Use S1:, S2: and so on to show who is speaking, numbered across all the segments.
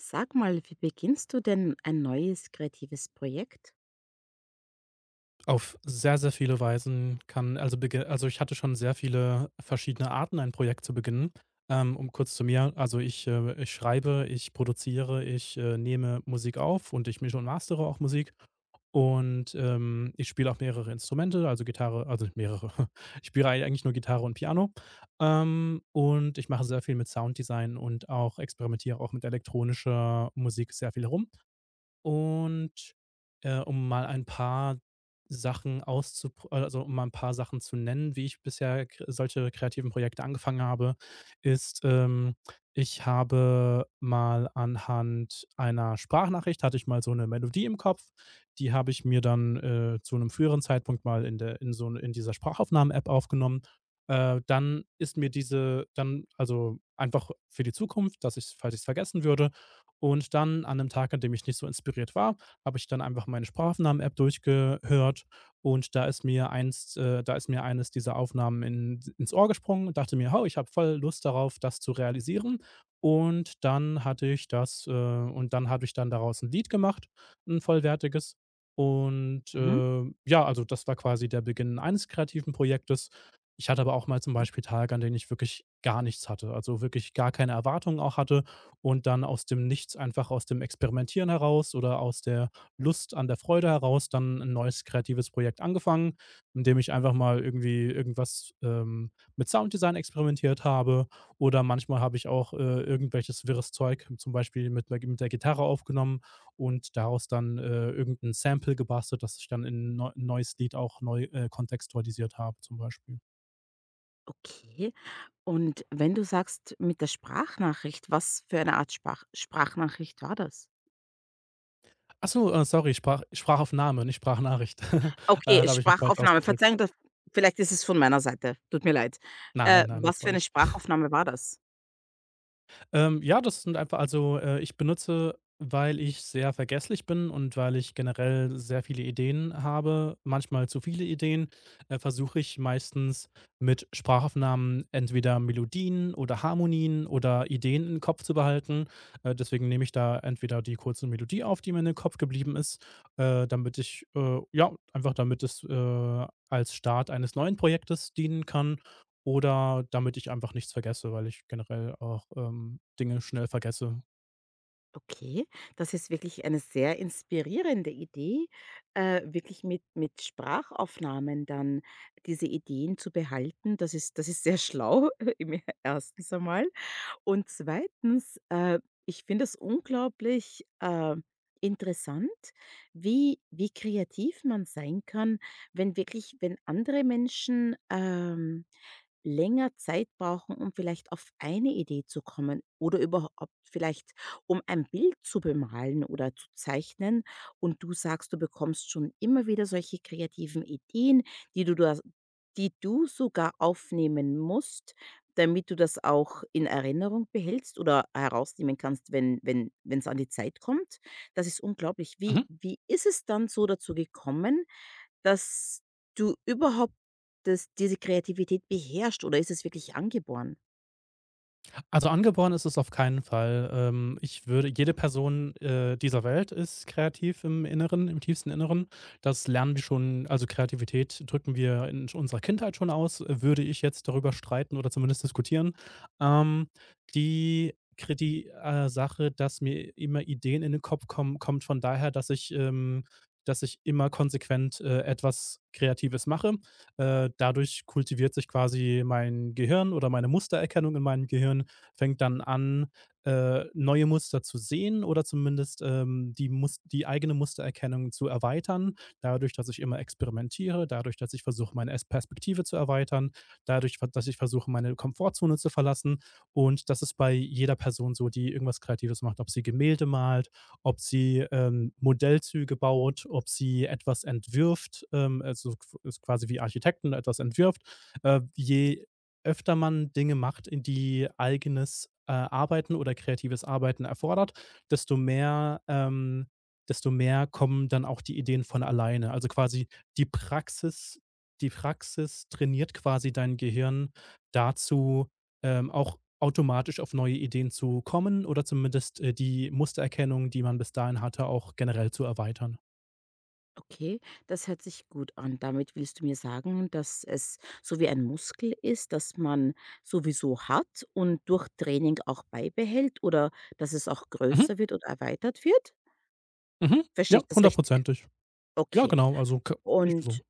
S1: Sag mal, wie beginnst du denn ein neues kreatives Projekt?
S2: Auf sehr, sehr viele Weisen kann ich hatte schon sehr viele verschiedene Arten, ein Projekt zu beginnen. Um kurz zu mir, also ich schreibe, ich produziere, nehme Musik auf und ich mische und mastere auch Musik. Ich spiele auch mehrere Instrumente, also Gitarre, nicht mehrere. Ich spiele ei eigentlich nur Gitarre und Piano. Und ich mache sehr viel mit Sounddesign und auch experimentiere auch mit elektronischer Musik sehr viel herum. Und, Um mal ein paar um mal ein paar Sachen zu nennen, wie ich bisher k solche kreativen Projekte angefangen habe, ist, ähm, ich habe mal anhand einer Sprachnachricht, hatte ich mal so eine Melodie im Kopf, die habe ich mir dann zu einem früheren Zeitpunkt mal in der in so in dieser Sprachaufnahmen-App aufgenommen. Dann ist mir diese, einfach für die Zukunft, dass ich falls ich es vergessen würde, und dann an einem Tag, an dem ich nicht so inspiriert war, habe ich dann einfach meine Sprachaufnahmen-App durchgehört und da ist mir eines dieser Aufnahmen in ins Ohr gesprungen und dachte mir: „Oh, ich habe voll Lust darauf, das zu realisieren.“ Und dann hatte ich das und dann habe ich dann daraus ein Lied gemacht, ein vollwertiges. Und,
S1: Mhm.
S2: äh, ja, also das war quasi der Beginn eines kreativen Projektes. Ich hatte aber auch mal zum
S1: Mhm.
S2: Beispiel Tage, an denen ich wirklich gar nichts hatte, also wirklich gar keine Erwartungen auch hatte und dann aus dem Nichts, einfach aus dem Experimentieren heraus oder aus der Lust an der Freude heraus dann ein neues kreatives Projekt angefangen, indem ich einfach mal irgendwie irgendwas mit Sounddesign experimentiert habe oder manchmal habe ich auch irgendwelches wirres Zeug, zum Beispiel mit der Gitarre aufgenommen und daraus dann irgend Sample gebastelt, das ich dann in neu ein neues Lied auch neu kontextualisiert habe zum Beispiel.
S1: Okay. Und wenn du sagst mit der Sprachnachricht, was für eine Art Sprachnachricht war das?
S2: Ach so, sorry, ich sprach auf Name, nicht Sprachnachricht. Da
S1: Okay,
S2: habe ich mich falsch
S1: Sprachaufnahme.
S2: ausgedrückt.
S1: Verzeihung, das vielleicht ist es von meiner Seite. Tut mir leid.
S2: Nein, nein, das
S1: Was für
S2: war
S1: eine
S2: ich.
S1: Sprachaufnahme war das?
S2: Ja, das sind einfach, ich benutze, weil ich sehr vergesslich bin und weil ich generell sehr viele Ideen habe, manchmal zu viele Ideen, versuche ich meistens mit Sprachaufnahmen entweder Melodien oder Harmonien oder Ideen im Kopf zu behalten. Deswegen nehme ich da entweder die kurze Melodie auf, die mir in den Kopf geblieben ist, einfach damit es als Start eines neuen Projektes dienen kann oder damit ich einfach nichts vergesse, weil ich generell auch Dinge schnell vergesse.
S1: Okay, das ist wirklich eine sehr inspirierende Idee, wirklich mit Sprachaufnahmen dann diese Ideen zu behalten. Das ist sehr schlau im ersten einmal. Und zweitens, ich finde es unglaublich, interessant, wie kreativ man sein kann, wenn wirklich wenn andere Menschen, länger Zeit brauchen, um vielleicht auf eine Idee zu kommen oder überhaupt vielleicht, um ein Bild zu bemalen oder zu zeichnen. Und du sagst, du bekommst schon immer wieder solche kreativen Ideen, die du, da, die du sogar aufnehmen musst, damit du das auch in Erinnerung behältst oder herausnehmen kannst, wenn es an die Zeit kommt. Das ist unglaublich.
S2: Mhm.
S1: Wie ist es dann so dazu gekommen, dass du überhaupt das diese Kreativität beherrschst oder ist es wirklich angeboren?
S2: Also angeboren ist es auf keinen Fall. Ich würde jede Person, dieser Welt ist kreativ im Inneren, im tiefsten Inneren. Das lernen wir schon, also Kreativität drücken wir in unserer Kindheit schon aus, würde ich jetzt darüber streiten oder zumindest diskutieren. Ähm, die Sache, dass mir immer Ideen in den Kopf kommen, kommt von daher, dass ich immer konsequent etwas Kreatives mache. Dadurch kultiviert sich quasi mein Gehirn oder meine Mustererkennung in meinem Gehirn fängt dann an, neue Muster zu sehen oder zumindest die eigene Mustererkennung zu erweitern. Dadurch, dass ich immer experimentiere, dadurch, dass ich versuche, meine Es Perspektive zu erweitern, dadurch, dass ich versuche, meine Komfortzone zu verlassen. Und das ist bei jeder Person so, die irgendwas Kreatives macht, ob sie Gemälde malt, ob sie Modellzüge baut, ob sie etwas entwirft, also qu- ist quasi wie Architekten etwas entwirft. Je öfter man Dinge macht, in die eigenes Arbeiten oder kreatives Arbeiten erfordert, desto mehr ähm, desto mehr kommen dann auch die Ideen von alleine. Also, quasi die Praxis, die Praxis trainiert quasi dein Gehirn dazu, auch automatisch auf neue Ideen zu kommen oder zumindest die Mustererkennung, die man bis dahin hatte, auch generell zu erweitern.
S1: Okay, das hört sich gut an. Damit willst du mir sagen, dass es so wie ein Muskel ist, dass man sowieso hat und durch Training auch beibehält oder dass es auch
S2: Mhm,
S1: größer wird und erweitert wird?
S2: mhm.
S1: Verstehe
S2: Ja,
S1: ich das richtig?
S2: hundertprozentig. Ja,
S1: Okay.
S2: genau, also, k würde so.
S1: Und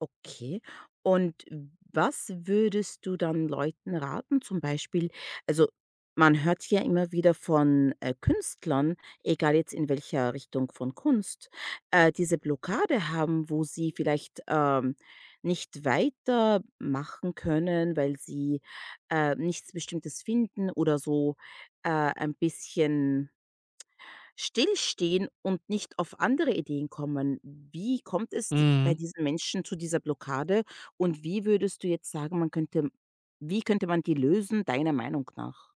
S1: Okay. Und was würdest du dann Leuten raten? Zum Beispiel, also man hört ja immer wieder von Künstlern, egal jetzt in welcher Richtung von Kunst, diese Blockade haben, wo sie vielleicht nicht weitermachen können, weil sie nichts Bestimmtes finden oder so ein bisschen Stillstehen und nicht auf andere Ideen kommen. Wie kommt es bei
S2: Mhm.
S1: diesen Menschen zu dieser Blockade und wie würdest du jetzt sagen, man könnte wie könnte man die lösen deiner Meinung nach?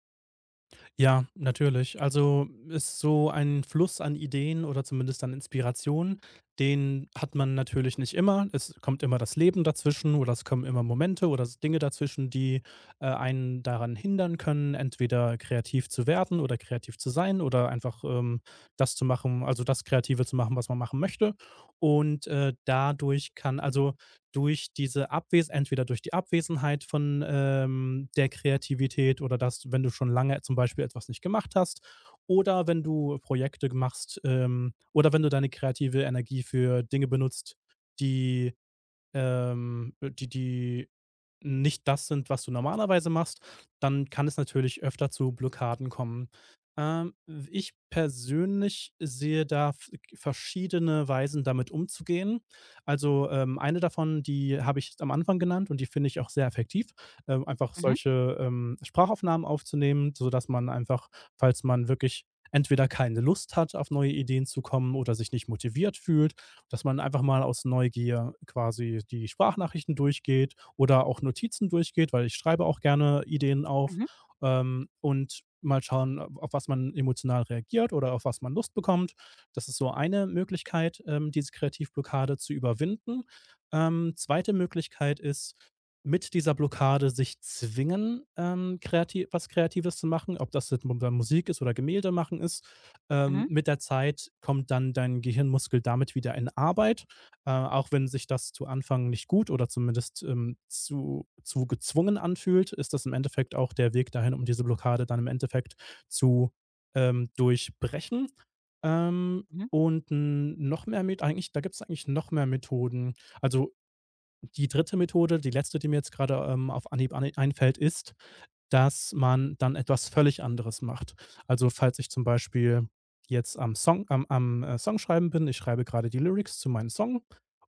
S2: Ja, natürlich. Also ist so ein Fluss an Ideen oder zumindest an Inspirationen, den hat man natürlich nicht immer. Es kommt immer das Leben dazwischen oder es kommen immer Momente oder Dinge dazwischen, die einen daran hindern können, entweder kreativ zu werden oder kreativ zu sein oder einfach das zu machen, also das Kreative zu machen, was man machen möchte. Und dadurch kann, durch diese Abwes entweder durch die Abwesenheit von der Kreativität oder dass, wenn du schon lange zum Beispiel etwas nicht gemacht hast oder wenn du Projekte machst, oder wenn du deine kreative Energie für Dinge benutzt, die die nicht das sind, was du normalerweise machst, dann kann es natürlich öfter zu Blockaden kommen. Ähm, ich persönlich sehe da v verschiedene Weisen, damit umzugehen. Also, eine davon, die habe ich am Anfang genannt und die finde ich auch sehr effektiv, einfach
S1: Mhm,
S2: solche Sprachaufnahmen aufzunehmen, sodass man einfach, falls man wirklich entweder keine Lust hat, auf neue Ideen zu kommen oder sich nicht motiviert fühlt, dass man einfach mal aus Neugier quasi die Sprachnachrichten durchgeht oder auch Notizen durchgeht, weil ich schreibe auch gerne Ideen auf
S1: mhm,
S2: ähm, und mal schauen, auf was man emotional reagiert oder auf was man Lust bekommt. Das ist so eine Möglichkeit, diese Kreativblockade zu überwinden. Zweite Möglichkeit ist, mit dieser Blockade sich zwingen, was Kreatives zu machen, ob das jetzt dann Musik ist oder Gemälde machen ist.
S1: mhm,
S2: Mit der Zeit kommt dann dein Gehirnmuskel damit wieder in Arbeit, auch wenn sich das zu Anfang nicht gut oder zumindest zu gezwungen anfühlt, ist das im Endeffekt auch der Weg dahin, um diese Blockade dann im Endeffekt zu durchbrechen. Ähm,
S1: mhm.
S2: eigentlich, da gibt es eigentlich noch mehr Methoden. Also die dritte Methode, die letzte, die mir jetzt gerade auf Anhieb an einfällt, ist, dass man dann etwas völlig anderes macht. Also, falls ich zum Beispiel jetzt am Songschreiben bin, ich schreibe gerade die Lyrics zu meinem Song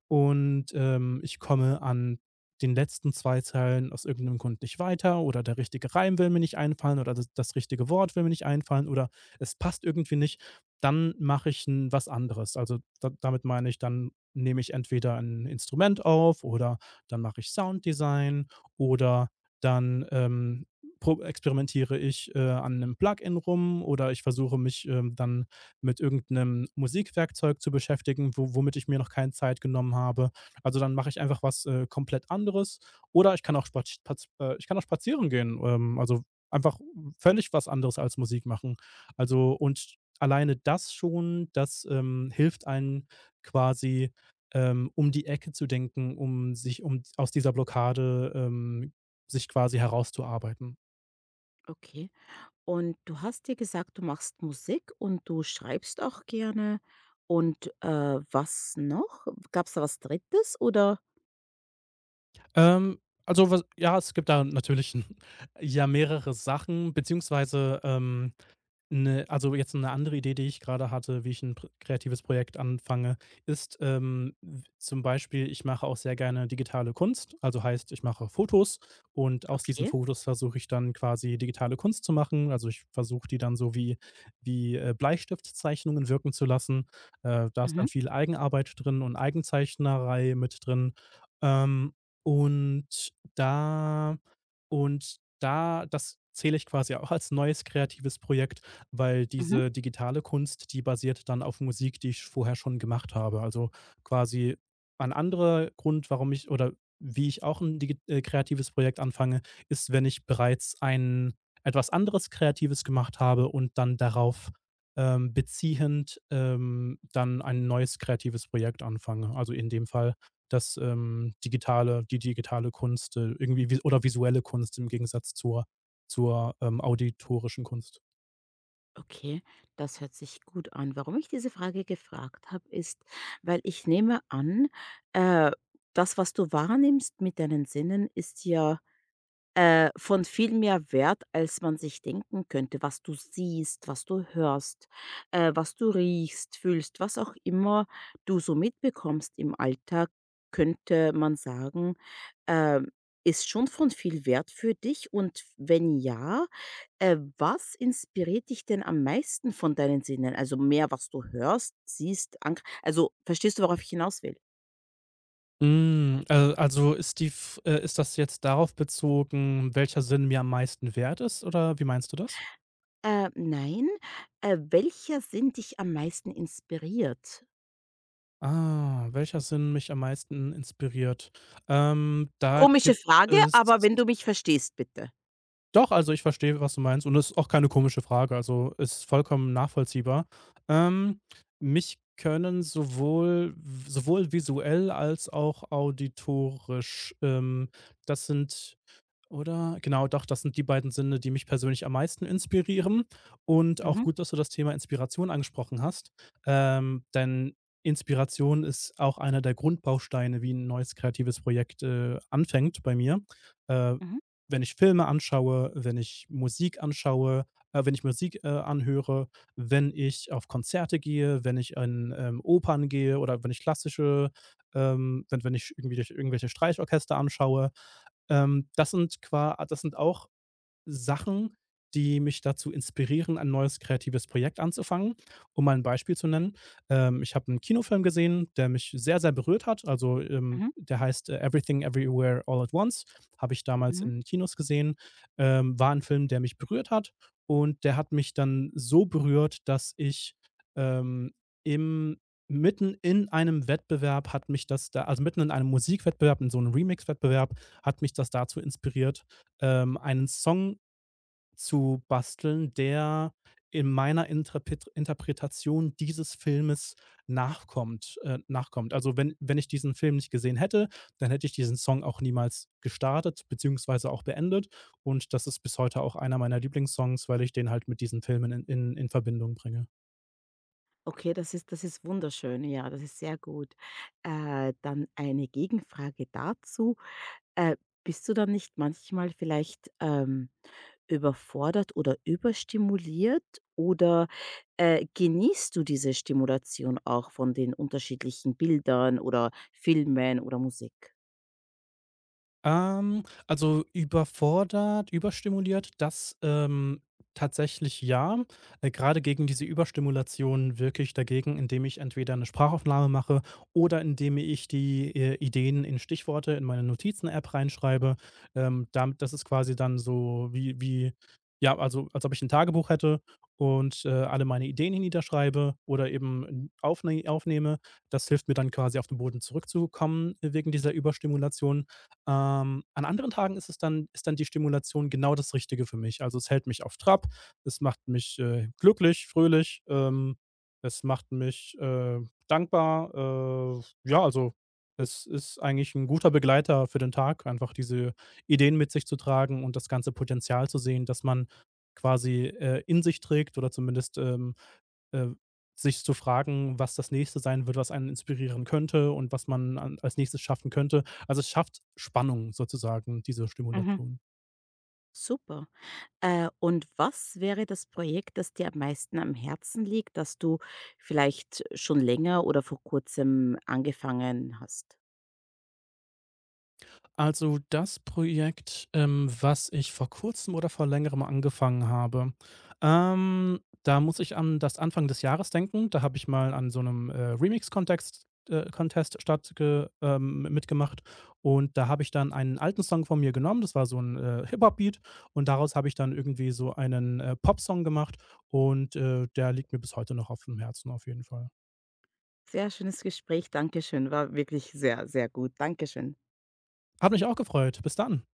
S2: und ich komme an den letzten 2 Zeilen aus irgendeinem Grund nicht weiter oder der richtige Reim will mir nicht einfallen oder das richtige Wort will mir nicht einfallen oder es passt irgendwie nicht, dann mache ich 'n was anderes. Also, da damit meine ich, dann nehme ich entweder ein Instrument auf oder dann mache ich Sounddesign oder dann, pro experimentiere ich an einem Plugin rum oder ich versuche mich dann mit irgendeinem Musikwerkzeug zu beschäftigen, wo womit ich mir noch keine Zeit genommen habe. Also, dann mache ich einfach was komplett anderes oder ich kann auch spaz spaz ich kann auch spazieren gehen, einfach völlig was anderes als Musik machen. Also, und alleine das schon, das hilft einem quasi um die Ecke zu denken, um sich um aus dieser Blockade sich quasi herauszuarbeiten.
S1: Okay. Und du hast dir gesagt, du machst Musik und du schreibst auch gerne. Und, was noch? Gab es da was Drittes oder?
S2: Ähm, also es gibt da natürlich ja mehrere Sachen, beziehungsweise, jetzt eine andere Idee, die ich gerade hatte, wie ich ein pr kreatives Projekt anfange, ist, w zum Beispiel, ich mache auch sehr gerne digitale Kunst. Also heißt, ich mache Fotos und aus diesen
S1: Okay.
S2: Fotos versuche ich dann quasi digitale Kunst zu machen. Also, ich versuche die dann so wie Bleistiftzeichnungen wirken zu lassen. Da ist dann
S1: Mhm,
S2: viel Eigenarbeit drin und Eigenzeichnerei mit drin. Ähm, und da und da das zähle ich quasi auch als neues kreatives Projekt, weil
S1: mhm.
S2: diese digitale Kunst, die basiert dann auf Musik, die ich vorher schon gemacht habe. Also, quasi ein anderer Grund, warum ich oder wie ich auch ein digi kreatives Projekt anfange, ist, wenn ich bereits ein etwas anderes Kreatives gemacht habe und dann darauf beziehend, dann ein neues kreatives Projekt anfange. Also, in dem Fall, dass die digitale Kunst irgendwie vi oder visuelle Kunst im Gegensatz zur, zur auditorischen Kunst.
S1: Okay, das hört sich gut an. Warum ich diese Frage gefragt habe, ist, weil ich nehme an, äh, das, was du wahrnimmst mit deinen Sinnen, ist ja von viel mehr Wert, als man sich denken könnte, was du siehst, was du hörst, was du riechst, fühlst, was auch immer du so mitbekommst im Alltag, könnte man sagen, ähm, ist schon von viel Wert für dich? Und wenn ja, was inspiriert dich denn am meisten von deinen Sinnen? Also mehr, was du hörst, siehst, ank also verstehst du, worauf ich hinaus will?
S2: Also ist die, ist das jetzt darauf bezogen, welcher Sinn mir am meisten wert ist, oder wie meinst du das?
S1: Nein. Welcher Sinn dich am meisten inspiriert?
S2: Ah, welcher Sinn mich am meisten inspiriert? Da
S1: Komische
S2: gibt
S1: Frage,
S2: es
S1: aber wenn du mich verstehst, bitte.
S2: Doch, also ich verstehe, was du meinst und das ist auch keine komische Frage, also ist vollkommen nachvollziehbar. Ähm, mich können sowohl visuell als auch auditorisch das sind oder genau, doch, das sind die beiden Sinne, die mich persönlich am meisten inspirieren. Und auch
S1: Mhm,
S2: gut, dass du das Thema Inspiration angesprochen hast. Denn Inspiration ist auch einer der Grundbausteine, wie ein neues kreatives Projekt anfängt bei mir. Äh,
S1: mhm,
S2: wenn ich Filme anschaue, wenn ich Musik anschaue, wenn ich Musik anhöre, wenn ich auf Konzerte gehe, wenn ich an Opern gehe oder wenn ich klassische, wenn ich irgendwie durch irgendwelche Streichorchester anschaue. Das sind qua das sind auch Sachen, die mich dazu inspirieren, ein neues kreatives Projekt anzufangen. Um mal ein Beispiel zu nennen, ich habe einen Kinofilm gesehen, der mich sehr, sehr berührt hat. Also, ähm,
S1: mhm,
S2: der heißt, äh, „Everything Everywhere All at Once“, habe ich damals
S1: mhm.
S2: in Kinos gesehen. War ein Film, der mich berührt hat und der hat mich dann so berührt, dass ich, ähm, im mitten in einem Wettbewerb hat mich das da also, mitten in einem Musikwettbewerb, in so einem Remix-Wettbewerb, hat mich das dazu inspiriert, einen Song zu basteln, der in meiner Intrapet Interpretation dieses Filmes nachkommt. Also, wenn ich diesen Film nicht gesehen hätte, dann hätte ich diesen Song auch niemals gestartet beziehungsweise auch beendet und das ist bis heute auch einer meiner Lieblingssongs, weil ich den halt mit diesen Filmen in Verbindung bringe.
S1: Okay, das ist wunderschön. Ja, das ist sehr gut. Dann eine Gegenfrage dazu. Äh, Bist du dann nicht manchmal vielleicht, überfordert oder überstimuliert oder, genießt du diese Stimulation auch von den unterschiedlichen Bildern oder Filmen oder Musik?
S2: Also überfordert, überstimuliert, tatsächlich ja. Grade gegen diese Überstimulation wirke ich dagegen, indem ich entweder eine Sprachaufnahme mache oder indem ich die Ideen in Stichworte in meine Notizen-App reinschreibe. Damit das ist quasi dann so wie, ja, also, als ob ich ein Tagebuch hätte und alle meine Ideen niederschreibe oder eben n aufne aufnehme. Das hilft mir dann quasi auf den Boden zurückzukommen wegen dieser Überstimulation. An anderen Tagen ist dann die Stimulation genau das Richtige für mich. Also, es hält mich auf Trab, es macht mich glücklich, fröhlich, es macht mich dankbar. Ja, also, es ist eigentlich ein guter Begleiter für den Tag, einfach diese Ideen mit sich zu tragen und das ganze Potenzial zu sehen, dass man quasi, in sich trägt oder zumindest, äh, sich zu fragen, was das Nächste sein wird, was einen inspirieren könnte und was man an als Nächstes schaffen könnte. Also, es schafft Spannung sozusagen, diese
S1: Mhm.
S2: Stimulation.
S1: Super. Und was wäre das Projekt, das dir am meisten am Herzen liegt, das du vielleicht schon länger oder vor Kurzem angefangen hast?
S2: Also das Projekt, was ich vor Kurzem oder vor Längerem angefangen habe, da muss ich an das Anfang des Jahres denken. Da habe ich mal an so einem remix contest Contest stattge mitgemacht und da habe ich dann einen alten Song von mir genommen. Das war so ein Hip-Hop-Beat und daraus habe ich dann irgendwie so einen song gemacht und der liegt mir bis heute noch auf dem Herzen auf jeden Fall.
S1: Sehr schönes Gespräch, danke schön, war wirklich sehr, sehr gut. Danke schön.
S2: Hat mich auch gefreut. Bis dann.